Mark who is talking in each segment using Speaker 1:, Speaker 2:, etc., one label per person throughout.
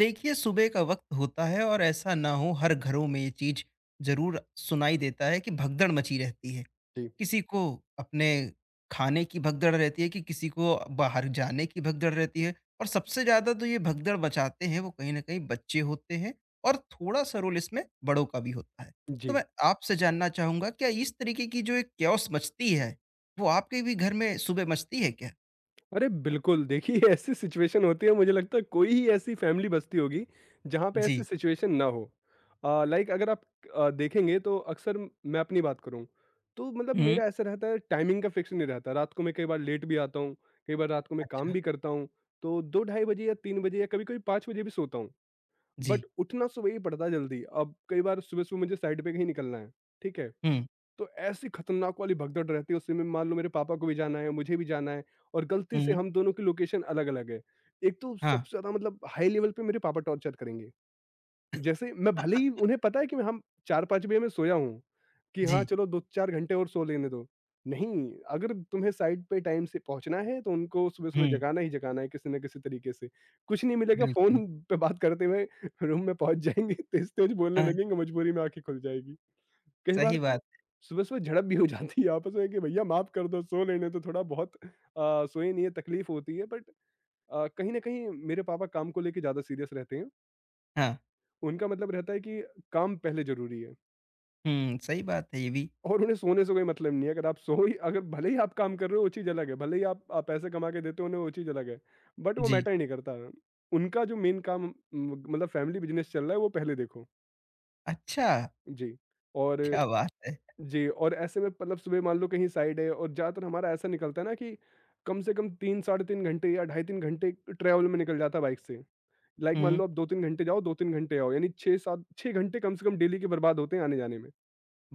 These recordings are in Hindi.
Speaker 1: देखिए, सुबह का वक्त होता है और ऐसा ना हो हर घरों में ये चीज जरूर सुनाई देता है कि भगदड़ मची रहती है।
Speaker 2: जी,
Speaker 1: किसी को अपने खाने की भगदड़ रहती है कि किसी को बाहर जाने की भगदड़ रहती है। और सबसे ज्यादा तो ये भगदड़ मचाते हैं वो कहीं ना कहीं बच्चे होते हैं और थोड़ा सा रोल इसमें बड़ों का भी होता है। तो
Speaker 2: जी।
Speaker 1: मैं आपसे जानना चाहूंगा, क्या इस तरीके की जो एक क्योस मचती है वो आपके भी घर में सुबह मचती है क्या?
Speaker 2: अरे बिल्कुल, देखिए ऐसी सिचुएशन होती है, मुझे लगता है कोई ही ऐसी फैमिली बसती होगी, जहाँ पे ऐसी
Speaker 1: जी।
Speaker 2: सिचुएशन ना हो। लाइक अगर आप देखेंगे तो अक्सर मैं अपनी बात करूँ, तो मतलब
Speaker 1: हम्म।
Speaker 2: मेरा ऐसा रहता है टाइमिंग का फिक्स नहीं रहता। रात को मैं कई बार लेट भी आता हूँ, कई बार रात को मैं काम
Speaker 1: अच्छा।
Speaker 2: भी करता हूँ, तो 2 ढाई बजे या 3 बजे या कभी-कभी 5 बजे भी सोता हूँ।
Speaker 1: जी।
Speaker 2: बट उठना सुबह ही पड़ता है जल्दी। अब कई बार सुबह-सुबह मुझे साइट पे कहीं निकलना है, ठीक है?
Speaker 1: हम्म।
Speaker 2: तो ऐसी खतरनाक वाली भगदड़ रहती है, उसमें मान लो मेरे पापा को भी जाना है, मुझे भी जाना है, और गलती से
Speaker 1: हम्म।
Speaker 2: हम दोनों की लोकेशन अलग-अलग है। एक तो
Speaker 1: हाँ।
Speaker 2: सबसे ज़्यादा मतलब हाई लेवल पे मेरे पापा टॉर्चर करेंगे। जैसे मैं, भले ही उन्हें पता है कि मैं हम 4-5 बजे मैं सोया हूँ, कि हाँ,
Speaker 1: जी।
Speaker 2: चलो 2-4 घंटे और सो लेने दो। नहीं, अगर तुम्हें साइट पे टाइम से पहुँचना है, तो उनको सुबह-सुबह
Speaker 1: हुँ,
Speaker 2: जगाना ही जगाना है किसी न किसी तरीके से। कुछ नहीं मिलेगा,
Speaker 1: बिल्कुल।
Speaker 2: फ़ोन पे बात करते हुए रूम में पहुँच जाएँगे, तेज़-तेज़ बोलने
Speaker 1: हाँ,
Speaker 2: लगेंगे, मजबूरी में आँखें खुल जाएगी। कई बार
Speaker 1: सही
Speaker 2: तो
Speaker 1: बात।
Speaker 2: सुबह-सुबह झड़प भी हो जाती है आपस में कि भैया माफ़ कर दो, सो लेने दो थोड़ा बहुत, सोए नहीं है, तकलीफ़ होती है। बट कहीं न कहीं मेरे पापा काम को लेके ज़्यादा सीरियस रहते हैं।
Speaker 1: हाँ।
Speaker 2: उनका मतलब रहता है कि काम पहले ज़रूरी है,
Speaker 1: हुँ, सही बात है ये भी।
Speaker 2: और उन्हें सोने से कोई मतलब नहीं है। अगर भले ही आप काम कर रहे हो, वो चीज़ अलग है। भले ही आप पैसे कमा के देते हो उन्हें, वो चीज़ अलग है, बट वो
Speaker 1: जी।
Speaker 2: मैटर ही नहीं करता। उनका जो मेन काम, म मतलब फैमिली बिज़नेस चल रहा है, वो पहले देखो।
Speaker 1: अच्छा,
Speaker 2: जी, और
Speaker 1: क्या बात है!
Speaker 2: जी, और ऐसे में मतलब सुबह मान लो कहीं साइड है, और ज़्यादातर हमारा ऐसा निकलता है ना कि कम से कम 3 साढ़े 3 घंटे या ढाई 3 घंटे ट्रैवल में निकल जाता है बाइक से। लाइक मान
Speaker 1: हुँ,
Speaker 2: लो आप 2-3 घंटे जाओ, 2-3 घंटे आओ, यानी 6-7 6 घंटे कम से कम डेली के बर्बाद होते हैं आने-जाने में।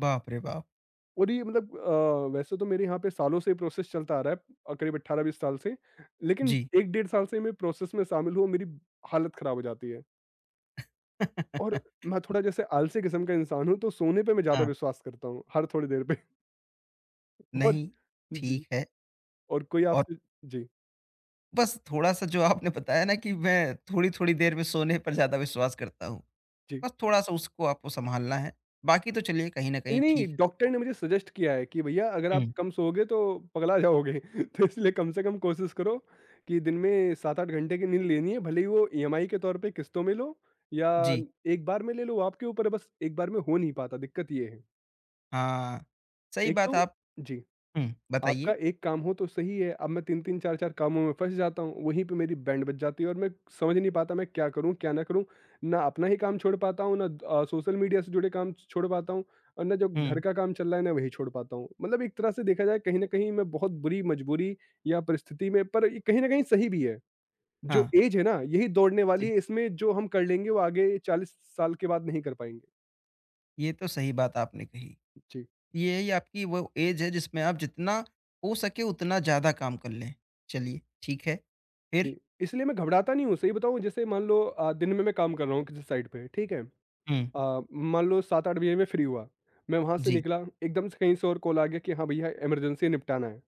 Speaker 1: बाप रे बाप!
Speaker 2: और ये मतलब वैसे तो मेरे यहाँ पे सालों से ये प्रोसेस चलता आ रहा है, करीब 18-20 साल से। लेकिन
Speaker 1: जी।
Speaker 2: 1 डेढ़ साल से मैं प्रोसेस में शामिल हुआ, मेरी हालत खराब हो जाती है। और मैं थोड़ा जैसे आलसी किस्म का इंसान हूँ, तो सोने पे मैं ज़्यादा
Speaker 1: हाँ।
Speaker 2: विश्वास करता हूँ, हर थोड़ी देर पे। और
Speaker 1: नहीं।
Speaker 2: जी,
Speaker 1: ठीक है
Speaker 2: और कोई
Speaker 1: और
Speaker 2: आपसे। जी।
Speaker 1: बस थोड़ा-सा जो आपने बताया ना कि मैं थोड़ी-थोड़ी देर में सोने पर ज़्यादा विश्वास करता हूँ।
Speaker 2: जी।
Speaker 1: बस थोड़ा-सा उसको आपको संभालना है, बाकी तो चलिए कहीं न
Speaker 2: नहीं,
Speaker 1: कहीं
Speaker 2: नहीं,
Speaker 1: ठीक है वो
Speaker 2: डॉक्टर
Speaker 1: तो।
Speaker 2: ने मुझे सजेस्ट किया है कि भैया अगर
Speaker 1: हुँ।
Speaker 2: आप कम सोओगे तो पगला जाओगे। तो इसलिए कम से कम कोशिश करो कि दिन में 7-8 घंटे की नींद लेनी है, भले ही वो ईएमआई के तौर पे किस्तों में लो या
Speaker 1: जी।
Speaker 2: एक बार में ले लो। आपके ऊपर है, बस एक बार में हो नहीं पाता, दिक्कत ये है।
Speaker 1: हाँ, सही
Speaker 2: एक
Speaker 1: बात
Speaker 2: तो
Speaker 1: आप।
Speaker 2: जी।
Speaker 1: हुँ,
Speaker 2: आपका
Speaker 1: बताइए?
Speaker 2: एक काम हो तो सही है, अब मैं तीन तीन चार चार कामों में फंस जाता हूँ, वहीं पे मेरी बैंड बज जाती है, और मैं समझ नहीं पाता मैं क्या करूँ क्या ना करूँ। ना अपना ही काम छोड़ पाता हूँ, ना सोशल मीडिया से जुड़े काम छोड़ पाता हूँ, और ना जो घर
Speaker 1: हुँ।
Speaker 2: का काम चल रहा है ना वही छोड़ पाता हूँ। मतलब एक तरह से देखा जाए कहीं ना कहीं मैं बहुत बुरी मजबूरी या परिस्थिति में, पर ये कहीं ना कहीं सही भी है। जो
Speaker 1: हाँ।
Speaker 2: एज है ना यही दौड़ने वाली
Speaker 1: जी।
Speaker 2: है, इसमें जो हम कर लेंगे वो आगे 40 साल के बाद नहीं कर पाएंगे।
Speaker 1: ये तो सही बात आपने कही।
Speaker 2: जी।
Speaker 1: ये है, ये आपकी वो एज है जिसमें आप जितना हो सके उतना ज़्यादा काम कर लें। चलिए, ठीक है। फिर?
Speaker 2: जी। इसलिए मैं घबराता नहीं हूँ, सही बताऊँ, जैसे मान लो दिन में मैं काम कर रहा हूँ किसी साइड पे, ठीक है?
Speaker 1: हुँ।
Speaker 2: अ, मान लो 7-8 बजे मैं फ्री हुआ, मैं वहाँ से
Speaker 1: जी।
Speaker 2: निकला, एकदम से कहीं से और कॉल आ गया कि हाँ भैया, इमरजेंसी निपटाना है।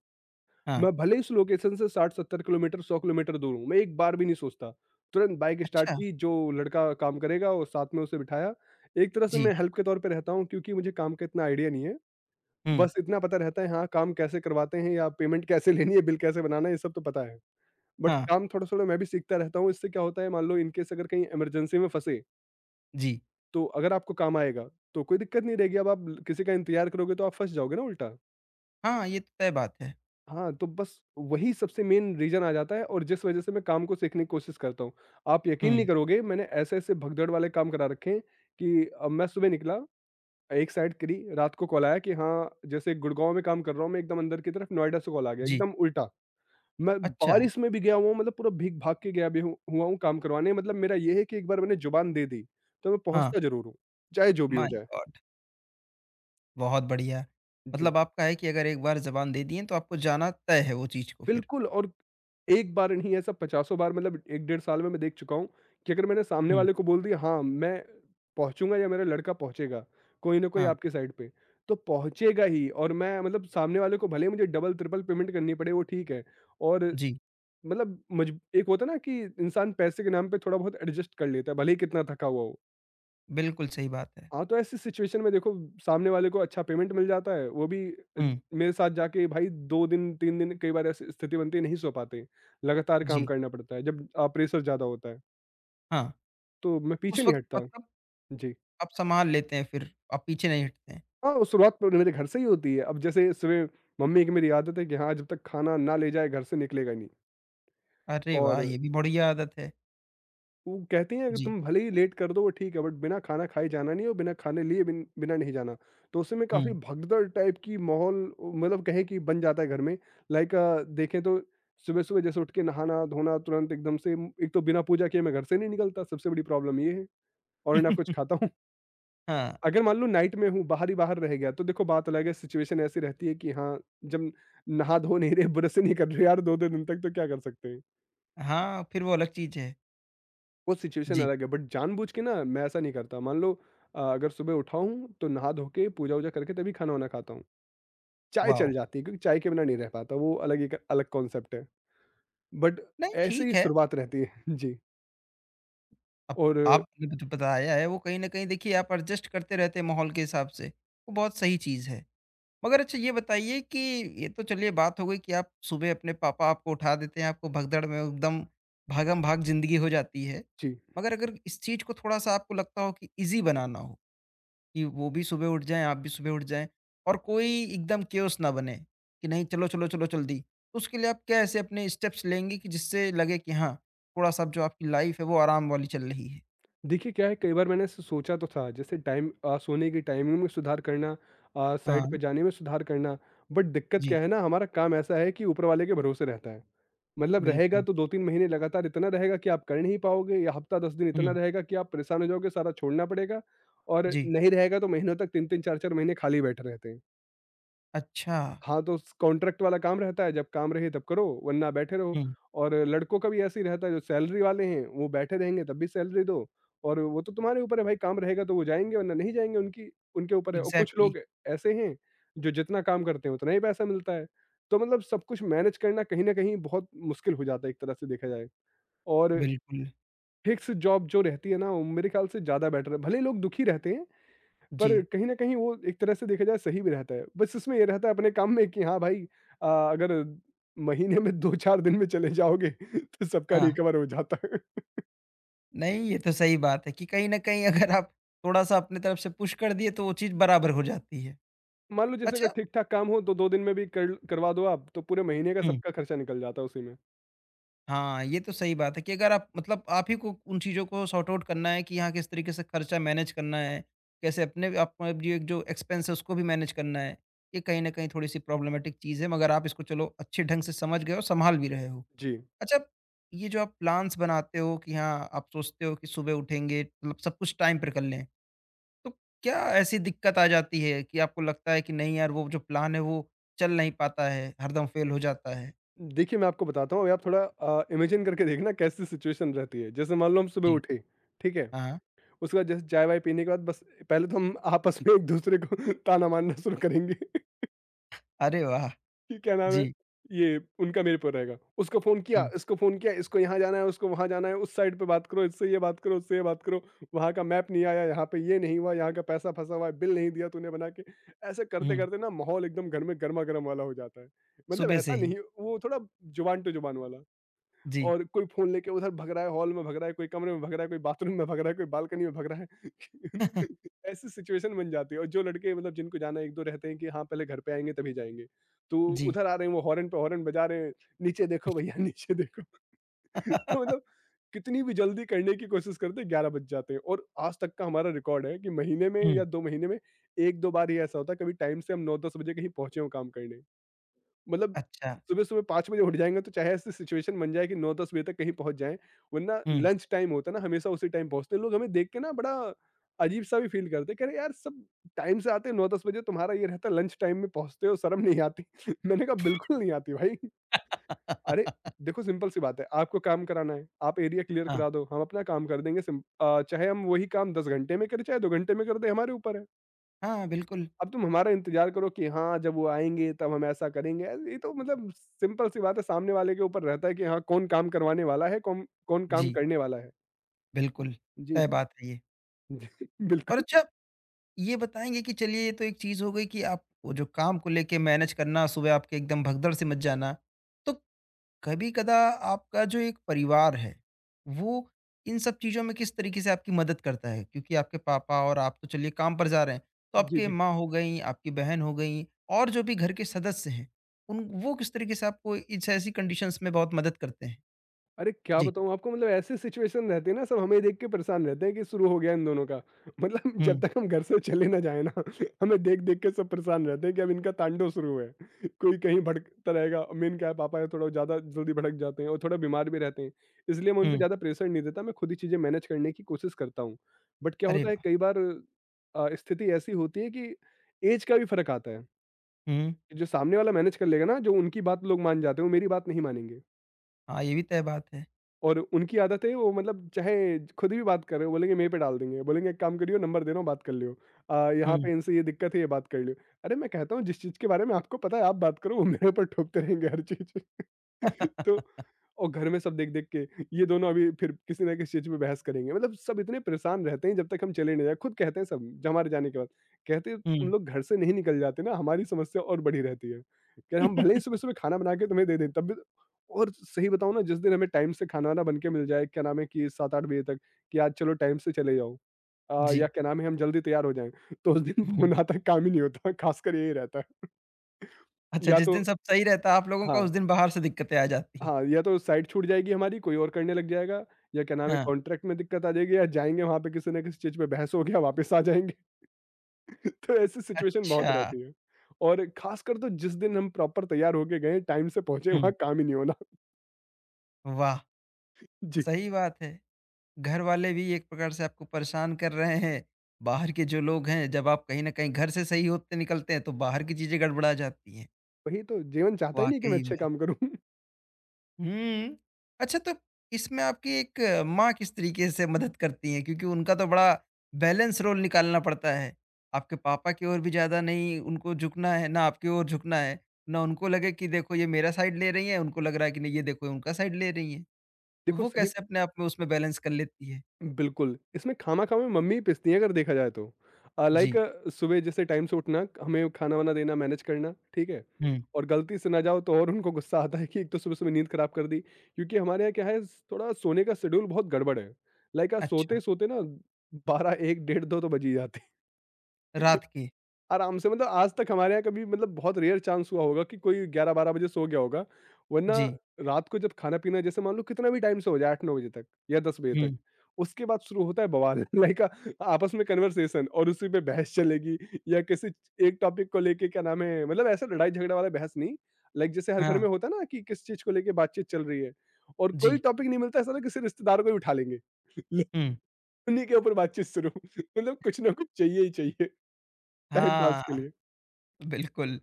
Speaker 1: हाँ।
Speaker 2: मैं भले ही इस लोकेशन से 60-70 किलोमीटर, 100 किलोमीटर दूर हूँ, मैं एक बार भी नहीं सोचता। तुरंत बाइक स्टार्ट
Speaker 1: अच्छा।
Speaker 2: की, जो लड़का काम करेगा वो साथ में उसे बिठाया। एक तरह से
Speaker 1: जी।
Speaker 2: मैं हेल्प के तौर पे रहता हूँ, क्योंकि मुझे काम का इतना आइडिया नहीं है।
Speaker 1: हुँ।
Speaker 2: बस इतना पता रहता है हाँ, काम कैसे करवाते हैं या पेमेंट कैसे लेनी है, बिल कैसे बनाना है, ये सब तो पता है। बट
Speaker 1: हाँ।
Speaker 2: काम थोड़ा-थोड़ा मैं भी सीखता रहता हूँ, इससे क्या होता है मान लो इन केस अगर कहीं इमरजेंसी में फँसे,
Speaker 1: जी।
Speaker 2: तो अगर आपको काम आएगा, तो कोई दिक्कत नहीं रहेगी। अब आप ल किसी का इंतज़ार करोगे तो आप फँस जाओगे ना उल्टा।
Speaker 1: हाँ, ये तो तय बात है।
Speaker 2: हाँ, तो बस वही सबसे मेन रीज़न आ जाता है, और जिस वज़ह से मैं काम को सीखने की कोशिश करता हूँ। आप यकीन नहीं
Speaker 1: हुँ।
Speaker 2: करोगे, मैंने ऐसे-ऐसे भगदड़ वाले काम करा रखे हैं कि मैं सुबह निकला, एक साइड करी, रात को कॉल आया कि हाँ, जैसे गुड़गाँव में काम कर रहा हूँ मैं एकदम अंदर की तरफ, नोएडा से कॉल आ गया,
Speaker 1: जी।
Speaker 2: एकदम उल्टा। मैं
Speaker 1: अच्छा।
Speaker 2: बारिश में भी गया हुआ हूँ, मतलब पूरा भीग-भाग के गया भी हुआ हूँ काम करवाने। मतलब मेरा ये है कि एक बार मैंने जुबान दे दी, तो मैं
Speaker 1: हाँ,
Speaker 2: पहुँचता ज़रूर हूँ, चाहे जो भी हो
Speaker 1: माय
Speaker 2: जाए।
Speaker 1: गॉड! बहुत बढ़िया।
Speaker 2: जी।
Speaker 1: मतलब आपका है कि अगर एक बार ज़बान दे दिए, तो आपको जाना तय है वो चीज़ को फिर।
Speaker 2: बिल्कुल, और एक बार नहीं, ऐसा पचासों बार, मतलब 1 डेढ़ साल में मैं देख चुका हूँ कि अगर मैंने सामने
Speaker 1: हुँ।
Speaker 2: वाले को बोल दिया हाँ, मैं पहुँचूँगा या मेरा लड़का पहुँचेगा, कोई न कोई
Speaker 1: हाँ।
Speaker 2: आपकी साइड पे, तो पहुँचेगा ही। और मैं मतलब सामने वाले को, भले ही मुझे डबल-ट्रिपल पेमेंट करनी पड़े, वो ठीक है। और
Speaker 1: जी,
Speaker 2: मतलब, मजब एक होता है ना कि इंसान पैसे के नाम पे थोड़ा बहुत एडजस्ट कर लेता है, भले ही कितना थका हुआ हो।
Speaker 1: बिल्कुल सही बात है।
Speaker 2: हाँ, तो ऐसी सिचुएशन में देखो सामने वाले को अच्छा पेमेंट मिल जाता है, वो भी, अ,
Speaker 1: हुँ।
Speaker 2: मेरे साथ जाके, भाई 2 दिन, 3 दिन, कई बार ऐसी स्थिति बनती है नहीं सो पाते, लगातार काम
Speaker 1: जी।
Speaker 2: करना पड़ता है जब प्रेशर ज़्यादा होता है,
Speaker 1: हाँ,
Speaker 2: तो मैं पीछे
Speaker 1: उस
Speaker 2: नहीं
Speaker 1: वक़्त
Speaker 2: हटता।
Speaker 1: मतलब
Speaker 2: जी।
Speaker 1: आप सँभाल लेते हैं फिर, आप पीछे नहीं हटते हैं।
Speaker 2: हाँ, वो शुरुआत तो मेरे घर से ही होती है। अब जैसे सुबह मम्मी की, मेरी आदत है कि हाँ, जब तक खाना ना ले जाए घर से निकलेगा नहीं,
Speaker 1: अरे वाह!
Speaker 2: और
Speaker 1: ये भी बढ़िया आदत है।
Speaker 2: वो कहते हैं अगर
Speaker 1: जी।
Speaker 2: तुम भले ही लेट कर दो वो ठीक है, बट बिना खाना खाए जाना नहीं, और बिना खाने लिए बिना नहीं जाना। तो उस समय काफी
Speaker 1: हुँ।
Speaker 2: भगदड़ टाइप की माहौल, मतलब कहें कि बन जाता है घर में। लाइक देखें तो सुबह सुबह जैसे उठ के नहाना धोना तुरंत एकदम से, एक तो बिना पूजा किए मैं घर से नहीं निकलता, सबसे बड़ी प्रॉब्लम ये है। और ना कुछ खाता हूँ।
Speaker 1: हाँ।
Speaker 2: अगर मान लो नाइट में हूँ, बाहर ही बाहर रह गया तो देखो बात अलग है, सिचुएशन ऐसी रहती है कि हाँ, जब नहा धो नहीं रहे, ब्रश नहीं कर रहे यार दो दो दिन तक, तो क्या कर सकते हैं।
Speaker 1: हाँ, फिर वो अलग चीज़ है।
Speaker 2: वो सिचुएशन
Speaker 1: जी।
Speaker 2: अलग है, बट जानबूझ के ना मैं ऐसा नहीं करता। मान लो अगर सुबह उठा हूँ तो नहा धो के पूजा वूजा करके तभी खाना वाना खाता हूँ। चाय
Speaker 1: वाओ!
Speaker 2: चल जाती है क्योंकि चाय के बिना नहीं रह पाता, वो अलग एक अलग कॉन्सेप्ट है। बट
Speaker 1: नहीं
Speaker 2: ऐसे
Speaker 1: ठीक
Speaker 2: ही
Speaker 1: है,
Speaker 2: शुरुआत रहती है। जी।
Speaker 1: अब
Speaker 2: और
Speaker 1: आपने जो बताया है वो कहीं न कहीं देखिए आप एडजस्ट करते रहते हैं माहौल के हिसाब से, वो बहुत सही चीज़ है। मगर अच्छा ये बताइए कि ये तो चलिए बात हो गई कि आप सुबह अपने पापा आपको उठा देते हैं, आपको भगदड़ में एकदम भागम-भाग ज़िंदगी हो जाती है।
Speaker 2: जी।
Speaker 1: मगर अगर इस चीज़ को थोड़ा-सा आपको लगता हो कि ईज़ी बनाना हो कि वो भी सुबह उठ जाएँ, आप भी सुबह उठ जाएँ और कोई एकदम केओस ना बने कि नहीं, चलो, जल्दी। तो उसके लिए आप क्या ऐसे अपने स्टेप्स लेंगी कि जिससे लगे कि हाँ, थोड़ा-सा अब जो आपकी लाइफ़ है वो आराम वाली चल रही है?
Speaker 2: देखिए क्या है, कई बार मैंने ऐसे सोचा तो था जैसे सोने की टाइमिंग में सुधार करना,
Speaker 1: हाँ।
Speaker 2: साइड पे जाने में सुधार करना। बट दिक्कत क्या
Speaker 1: जी।
Speaker 2: है ना, हमारा काम ऐसा है कि ऊपर वाले के भरोसे रहता है। मतलब रहेगा
Speaker 1: बिल्कुल।
Speaker 2: तो 2-3 महीने लगातार इतना रहेगा कि आप कर नहीं पाओगे, या हफ्ता 10 दिन इतना
Speaker 1: हुँ।
Speaker 2: रहेगा कि आप परेशान हो जाओगे, सारा छोड़ना पड़ेगा। और
Speaker 1: जी।
Speaker 2: नहीं रहेगा तो महीनों तक तीन तीन चार चार महीने खाली बैठे रहते हैं।
Speaker 1: अच्छा।
Speaker 2: हाँ, तो स कॉन्ट्रैक्ट वाला काम रहता है, जब काम रहे तब करो वरना बैठे रहो।
Speaker 1: हुँ।
Speaker 2: और लड़कों का भी ऐसे ही रहता है जो सैलरी वाले हैं, वो बैठे रहेंगे तब भी सैलरी दो। और वो तो तुम्हारे ऊपर है भाई, काम रहेगा तो वो जाएँगे वरना नहीं जाएँगे, उनकी उनके ऊपर है। और कुछ
Speaker 1: एग्ज़ैक्टली।
Speaker 2: लोग ऐसे हैं जो जितना काम करते हैं उतना ही पैसा मिलता है। तो मतलब सब कुछ मैनेज करना कहीं न कहीं बहुत मुश्किल हो जाता है एक तरह से देखा जाए। और
Speaker 1: बिल्कुल।
Speaker 2: फिक्स जॉब जो रहती है ना, वो मेरे ख़्याल से ज़्यादा बेटर है। भले ही लोग दुखी रहते हैं,
Speaker 1: जी।
Speaker 2: पर कहीं न कहीं वो एक तरह से देखा जाए सही भी रहता है। बस उसमें ये रहता है अपने काम में कि हाँ भाई अगर महीने में 2-4 दिन में चले जाओगे तो सबका
Speaker 1: हाँ,
Speaker 2: रिकवर हो जाता है।
Speaker 1: नहीं ये तो सही बात है कि कहीं न कहीं अगर आप थोड़ा-सा अपनी तरफ से पुश कर दिए तो वो चीज़ बराबर हो जाती है।
Speaker 2: मान लो जैसे अगर
Speaker 1: अच्छा।
Speaker 2: ठीक-ठाक काम हो तो 2 दिन में भी कर करवा दो आप तो पूरे महीने का
Speaker 1: हुँ।
Speaker 2: सबका खर्चा निकल जाता है उसी में।
Speaker 1: हाँ, ये तो सही बात है कि अगर आप मतलब आप ही को उन चीज़ों को सॉर्ट आउट करना है कि हाँ, किस तरीके से खर्चा मैनेज करना है, कैसे अपने आप में जो एक जो एक्सपेंस है उसको भी मैनेज करना है, ये कहीं न कहीं थोड़ी-सी प्रॉब्लमैटिक चीज़ है मगर आप इसको चलो अच्छे ढंग से समझ गए हो, सँभाल भी रहे हो।
Speaker 2: जी।
Speaker 1: अच्छा, ये जो आप प्लान्स बनाते हो कि हाँ, आप सोचते हो कि सुबह उठेंगे मतलब सब कुछ टाइम पर कर लें, तो क्या ऐसी दिक्कत आ जाती है कि आपको लगता है कि नहीं यार, वो जो प्लान है वो चल नहीं पाता है, हरदम फ़ेल हो जाता है?
Speaker 2: देखिए मैं आपको बताता हूँ, अभी आप थोड़ा इमेजिन करके देखना कैसी सिचुएशन रहती है। जैसे मान लो हम सुबह
Speaker 1: जी।
Speaker 2: उठे, ठीक है?
Speaker 1: हाँ।
Speaker 2: उसके बाद जैसे चाय-वाय पीने के बाद बस पहले तो हम आपस में एक-दूसरे को ताना मारना शुरू करेंगे।
Speaker 1: अरे वाह!
Speaker 2: कि क्या नाम है,
Speaker 1: जी।
Speaker 2: ये उनका मेरे पे रहेगा। उसको
Speaker 1: हुँ।
Speaker 2: फ़ोन किया, इसको यहाँ जाना है, उसको वहाँ जाना है, उस साइड पे बात करो, इससे ये बात करो, उससे ये बात करो, वहाँ का मैप नहीं आया, यहाँ पे ये नहीं हुआ, यहाँ का पैसा फँसा हुआ है, बिल नहीं दिया तूने बना के। ऐसे
Speaker 1: हुँ,
Speaker 2: करते-करते ना माहौल एकदम घर में गरमा-गरम वाला हो जाता है। मतलब
Speaker 1: सुबह से
Speaker 2: ऐसा
Speaker 1: ही।
Speaker 2: नहीं, वो थोड़ा जुबान टू जुबान वाला।
Speaker 1: जी।
Speaker 2: और कोई फ़ोन लेके उधर भग रहा है, हॉल में भग रहा है, कोई कमरे में भग रहा है, कोई बाथरूम में भग रहा है, कोई बालकनी में भग रहा है। ऐसी सिचुएशन बन जाती है, और जो लड़के, मतलब जिनको जाना, 1-2 रहते हैं कि हाँ, पहले घर पे आएँगे तभी जाएँगे। तो
Speaker 1: जी।
Speaker 2: उधर आ रहे हैं, वो हॉर्न पे हॉर्न बजा रहे हैं, "नीचे देखो भैया, नीचे देखो।" तो मतलब कितनी भी जल्दी करने की कोशिश करते हैं, 11 बज जाते हैं। और आज तक का हमारा रिकॉर्ड है कि महीने में
Speaker 1: हुँ।
Speaker 2: या 2 महीने में 1-2 बार ही ऐसा होता है, कभी टाइम से हम 9-10 बजे कहीं पहुँचे हों काम करने। मतलब
Speaker 1: अच्छा।
Speaker 2: सुबह-सुबह 5 बजे उठ जाएँगे, तो चाहे ऐसी सिचुएशन बन जाए कि 9-10 बजे तक कहीं पहुँच जाएँ, वरना
Speaker 1: हुँ।
Speaker 2: लंच टाइम होता है ना, हमेशा उसी टाइम पहुँचते हैं। लोग हमें देख के ना बड़ा अजीब-सा भी फ़ील करते हैं, कह रहे यार, सब टाइम से आते हैं 9-10 बजे, तुम्हारा ये रहता है लंच टाइम में पहुँचते हो, शर्म नहीं आती? मैंने कहा बिल्कुल नहीं आती भाई। अरे! देखो सिंपल सी बात है, आपको काम कराना है, आप एरिया क्लियर
Speaker 1: हाँ।
Speaker 2: करा दो, हम अपना काम कर देंगे। चाहे हम वही काम 10 घंटे में करें, चाहे 2 घंटे में कर दें, हमारे ऊपर है।
Speaker 1: हाँ, बिल्कुल।
Speaker 2: अब तुम हमारा इंतज़ार करो कि हाँ, जब वो आएँगे तब हम ऐसा करेंगे। ये तो मतलब सिंपल सी बात है, सामने वाले के ऊपर रहता है कि हाँ, कौन काम करवाने वाला है, कौन कौन काम
Speaker 1: जी,
Speaker 2: करने वाला है।
Speaker 1: बिल्कुल,
Speaker 2: जी,
Speaker 1: तय बात है ये।
Speaker 2: जी,
Speaker 1: और
Speaker 2: बिल्कुल।
Speaker 1: अच्छा ये बताएँगे कि चलिए ये तो एक चीज़ हो गई कि आप वो जो काम को लेके मैनेज करना, सुबह आपके एकदम भगदड़ से मच जाना, तो कभी कदा आपका जो एक परिवार है वो इन सब चीज़ों में किस तरीके से आपकी मदद करता है? क्योंकि आपके पापा और आप तो चलिए काम पर जा रहे हैं, तो
Speaker 2: जी,
Speaker 1: आपकी
Speaker 2: जी।
Speaker 1: माँ हो गईं, आपकी बहन हो गईं और जो भी घर के सदस्य हैं, उन वो किस तरीके से आपको इस ऐसी कंडीशंस में बहुत मदद करते हैं?
Speaker 2: अरे क्या
Speaker 1: जी।
Speaker 2: बताऊँ आपको, मतलब ऐसे सिचुएशन रहते हैं ना, सब हमें देख के परेशान रहते हैं कि शुरू हो गया इन दोनों का। मतलब जब
Speaker 1: हुँ।
Speaker 2: तक हम घर से चले ना जाए ना, हमें देख देख के सब परेशान रहते हैं कि अब इनका तांडव शुरू हुआ है। कोई कहीं भटकता रहेगा, मेन क्या है, पापा है थोड़ा ज़्यादा जल्दी भटक जाते हैं, और थोड़ा बीमार भी रहते हैं, इसलिए मैं उन पर
Speaker 1: हुँ।
Speaker 2: ज़्यादा प्रेशर नहीं देता, मैं खुद ही चीज़ें मैनेज करने की कोशिश करता हूँ। बट क्या
Speaker 1: अरे
Speaker 2: होता है
Speaker 1: वाह!
Speaker 2: कई बार स्थिति ऐसी होती है कि एज का भी फर्क आता है।
Speaker 1: हुँ।
Speaker 2: जो सामने वाला मैनेज कर लेगा ना, जो उनकी बात लोग मान जाते हैं वो मेरी बात नहीं मानेंगे।
Speaker 1: हाँ, ये भी तय बात है।
Speaker 2: और उनकी आदत है, वो मतलब चाहे खुद भी बात कर रहे हो, बोलेंगे मेरे पे डाल देंगे, बोलेंगे एक काम करियो, नंबर दे रहा हूँ बात कर लियो। यहाँ
Speaker 1: हुँ।
Speaker 2: पे इनसे ये दिक्कत है, ये बात कर लियो। अरे मैं कहता हूँ जिस चीज़ के बारे में आपको पता है आप बात करो, वो मेरे ऊपर ठोकते रहेंगे हर चीज़। तो और घर में सब देख देख के, ये दोनों अभी फिर किसी ना किसी चीज़ पे बहस करेंगे, मतलब सब इतने परेशान रहते हैं, जब तक हम चले नहीं जाए। खुद कहते हैं सब, जब हमारे जाने के बाद कहते हैं, तुम
Speaker 1: हुँ।
Speaker 2: लोग घर से नहीं निकल जाते ना, हमारी समस्या और बड़ी रहती है, कि हम भले ही सुबह सुबह खाना बना के तुम्हें दे दें, तब भी। और सही बताऊँ ना, जिस दिन हमें टाइम से खाना ना बन के मिल जाए, क्या नाम है, कि 7-8 बजे तक, कि आज चलो टाइम से चले जाओ,
Speaker 1: जी।
Speaker 2: या क्या नाम है हम जल्दी तैयार हो जाएँ, तो उस दिन
Speaker 1: हुँ।
Speaker 2: फ़ोन आता काम ही नहीं होता, ख़ासकर यही रहता है।
Speaker 1: अच्छा,
Speaker 2: या
Speaker 1: जिस
Speaker 2: तो,
Speaker 1: दिन सब सही रहता है आप लोगों का
Speaker 2: हाँ,
Speaker 1: उस दिन बाहर से दिक्कतें आ जाती हैं।
Speaker 2: हाँ, या तो साइट छूट जाएगी हमारी, कोई और करने लग जाएगा, या क्या नाम है
Speaker 1: हाँ।
Speaker 2: कॉन्ट्रैक्ट में दिक्कत आ जाएगी, या जाएँगे वहाँ पे किसी ना किसी चीज़ पे बहस हो गया, वापस आ जाएँगे। तो ऐसी सिचुएशन बहुत
Speaker 1: अच्छा।
Speaker 2: रहती है। और ख़ासकर तो जिस दिन हम प्रॉपर तैयार होके गए, टाइम से पहुँचे,
Speaker 1: हुँ।
Speaker 2: वहाँ काम ही नहीं होना।
Speaker 1: वाह!
Speaker 2: जी,
Speaker 1: सही बात है। घरवाले भी एक प्रकार से आपको परेशान कर रहे हैं। बाहर के जो लोग हैं, जब आप कहीं न कहीं घर से सही होते निकलते हैं, तो बाहर की चीज़ें गड़बड़ा जाती हैं,
Speaker 2: वही तो जीवन चाहता ही नहीं कि मैं
Speaker 1: वाक़ई
Speaker 2: अच्छे
Speaker 1: में।
Speaker 2: काम करूँ।
Speaker 1: हुँ। अच्छा तो इसमें आपकी एक माँ किस तरीके से मदद करती हैं? क्योंकि उनका तो बड़ा बैलेंस रोल निकालना पड़ता है। आपके पापा की ओर भी ज़्यादा नहीं उनको झुकना है, ना आपकी ओर झुकना है, ना उनको लगे कि देखो ये मेरा साइड ले रही हैं, उनको लग रहा है कि नहीं ये देखो ये उनका साइड ले रही हैं। तो
Speaker 2: देखो
Speaker 1: वो
Speaker 2: सही,
Speaker 1: कैसे अपने आप में उसमें बैलेंस कर लेती है?
Speaker 2: बिल्कुल, इसमें खामा-खामा मम्मी ही पिसती हैं, अगर देखा जाए तो। लाइक
Speaker 1: जी।
Speaker 2: सुबह जैसे टाइम से उठना, हमें खाना-वाना देना, मैनेज करना, ठीक है?
Speaker 1: हुँ।
Speaker 2: और गलती से ना जाओ, तो और उनको गुस्सा आता है कि एक तो सुबह-सुबह नींद खराब कर दी। क्योंकि हमारे यहाँ क्या है, स थोड़ा सोने का शेड्यूल बहुत गड़बड़ है। लाइक आज
Speaker 1: अच्छा,
Speaker 2: सोते-सोते ना 12, 1, डेढ़, 2 तो बज ही जाते हैं।
Speaker 1: रात की।
Speaker 2: आराम से, मतलब आज तक हमारे यहाँ कभी, मतलब बहुत रेयर चांस हुआ होगा कि कोई 11-12 बजे सो गया होगा, वरना
Speaker 1: जी।
Speaker 2: रात को जब खाना-पीना, जैसे मान लो कितना भी टाइम से हो जाए 8-9 बजे तक या 10 बजे तक,
Speaker 1: हुँ।
Speaker 2: उसके बाद शुरू होता है बवाल। लाइक आपस में कन्वर्सेशन, और उसी पे बहस चलेगी, या किसी एक टॉपिक को लेके, क्या नाम है, मतलब ऐसा लड़ाई-झगड़ा वाला बहस नहीं, लाइक जैसे हर घर
Speaker 1: हाँ।
Speaker 2: में होता है ना, कि किस चीज़ को लेके बातचीत चल रही है, और कोई
Speaker 1: जी।
Speaker 2: टॉपिक नहीं मिलता ऐसा, ना किसी रिश्तेदार को ही उठा लेंगे।
Speaker 1: हुँ।
Speaker 2: उन्हीं के ऊपर बातचीत शुरू। मतलब कुछ ना कुछ चाहिए ही चाहिए टाइम पास
Speaker 1: हाँ,
Speaker 2: के लिए।
Speaker 1: बिल्कुल।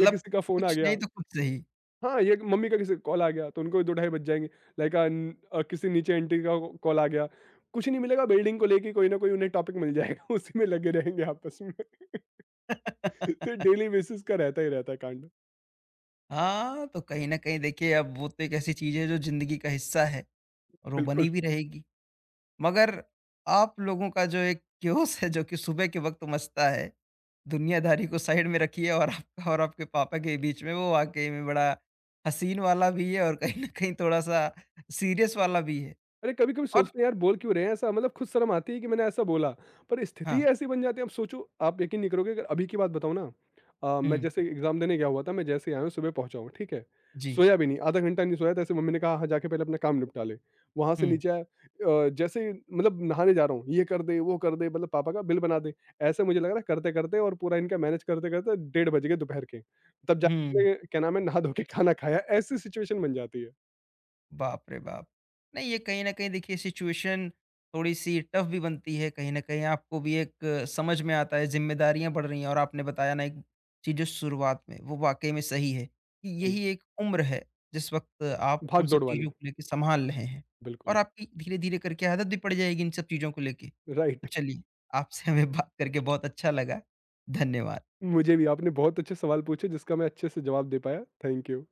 Speaker 2: या किसी का फ़ोन आ
Speaker 1: कुछ
Speaker 2: गया,
Speaker 1: नहीं तो खुद से ही।
Speaker 2: हाँ, या मम्मी का किसी का कॉल आ गया, तो उनको 2 ढाई बज जाएँगे। लाइक किसी नीचे आंटी का कॉल आ गया। कुछ नहीं मिलेगा, बिल्डिंग को लेके कोई ना कोई उन्हें टॉपिक मिल जाएगा। उसी में लगे रहेंगे आपस में। तो डेली बेसिस का रहता ही रहता है कांड।
Speaker 1: हाँ, तो कहीं न कहीं देखिए अब वो तो एक ऐसी चीज़ है जो ज़िंदगी का हिस्सा है और वो
Speaker 2: बिल्कुल।
Speaker 1: बनी भी रहेगी। मगर आप लोगों का जो एक क्योस है जो कि सुबह के वक़्त मचता है, दुनियादारी को साइड में रखिए और आपका और आपके पापा के बीच में वो वाक़ई में बड़ा हसीन वाला भी है और कहीं न कहीं थोड़ा-सा सीरियस वाला भी है।
Speaker 2: अरे कभी-कभी
Speaker 1: और
Speaker 2: सोचते हैं यार, बोल क्यों रहे हैं ऐसा? मतलब खुद शर्म आती है कि मैंने ऐसा बोला। पर
Speaker 1: हाँ।
Speaker 2: स्थिति ऐसी बन जाती है। अब सोचो, आप यकीन नहीं करोगे, अगर अभी की बात बताऊँ ना, मैं
Speaker 1: हुँ।
Speaker 2: जैसे एग्ज़ाम देने गया हुआ था, मैं जैसे ही आया हूँ, सुबह पहुँचा हूँ, ठीक है?
Speaker 1: जी।
Speaker 2: सोया भी नहीं, आधा घंटा नहीं सोया था, ऐसे मम्मी ने कहा, "हाँ, जाके पहले अपना काम निपटा ले।" वहाँ से
Speaker 1: हुँ।
Speaker 2: नीचे आया, जैसे ही मतलब नहाने जा रहा हूँ, ये कर दे, वो कर दे, मतलब पापा का बिल बना दे। ऐसे मुझे लग रहा है करते-करते, और पूरा इनका मैनेज करते-करते डेढ़ बज गए दोपहर के। तब
Speaker 1: हुँ।
Speaker 2: जाके क्या नाम है, नहा धो के खाना खाया। ऐसी सिचुएशन बन जाती है।
Speaker 1: बाप रे बाप! नहीं, ये कहीं न कहीं देखिए सिचुएशन थोड़ी-सी टफ भी बनती है, कहीं न कहीं आपको भी एक समझ में आता है, ज़िम्मेदारियाँ बढ़ रही हैं और आपने बताया ना एक चीज़ जो शुरुआत में, वो वाक़ई में सही है कि
Speaker 2: जी,
Speaker 1: यही एक उम्र है, जिस वक़्त आप उन सब
Speaker 2: भाग-दौड़
Speaker 1: चीज़ों
Speaker 2: वाली।
Speaker 1: को लेके संभाल रहे हैं और
Speaker 2: बिल्कुल।
Speaker 1: आपकी धीरे-धीरे करके आदत भी पड़ जाएगी इन सब चीज़ों को लेके। तो
Speaker 2: राइट।
Speaker 1: चलिए, आपसे हमें बात करके बहुत अच्छा लगा। धन्यवाद।
Speaker 2: मुझे भी आपने बहुत अच्छे सवाल पूछे, जिसका मैं अच्छे से जवाब दे पाया। Thank you.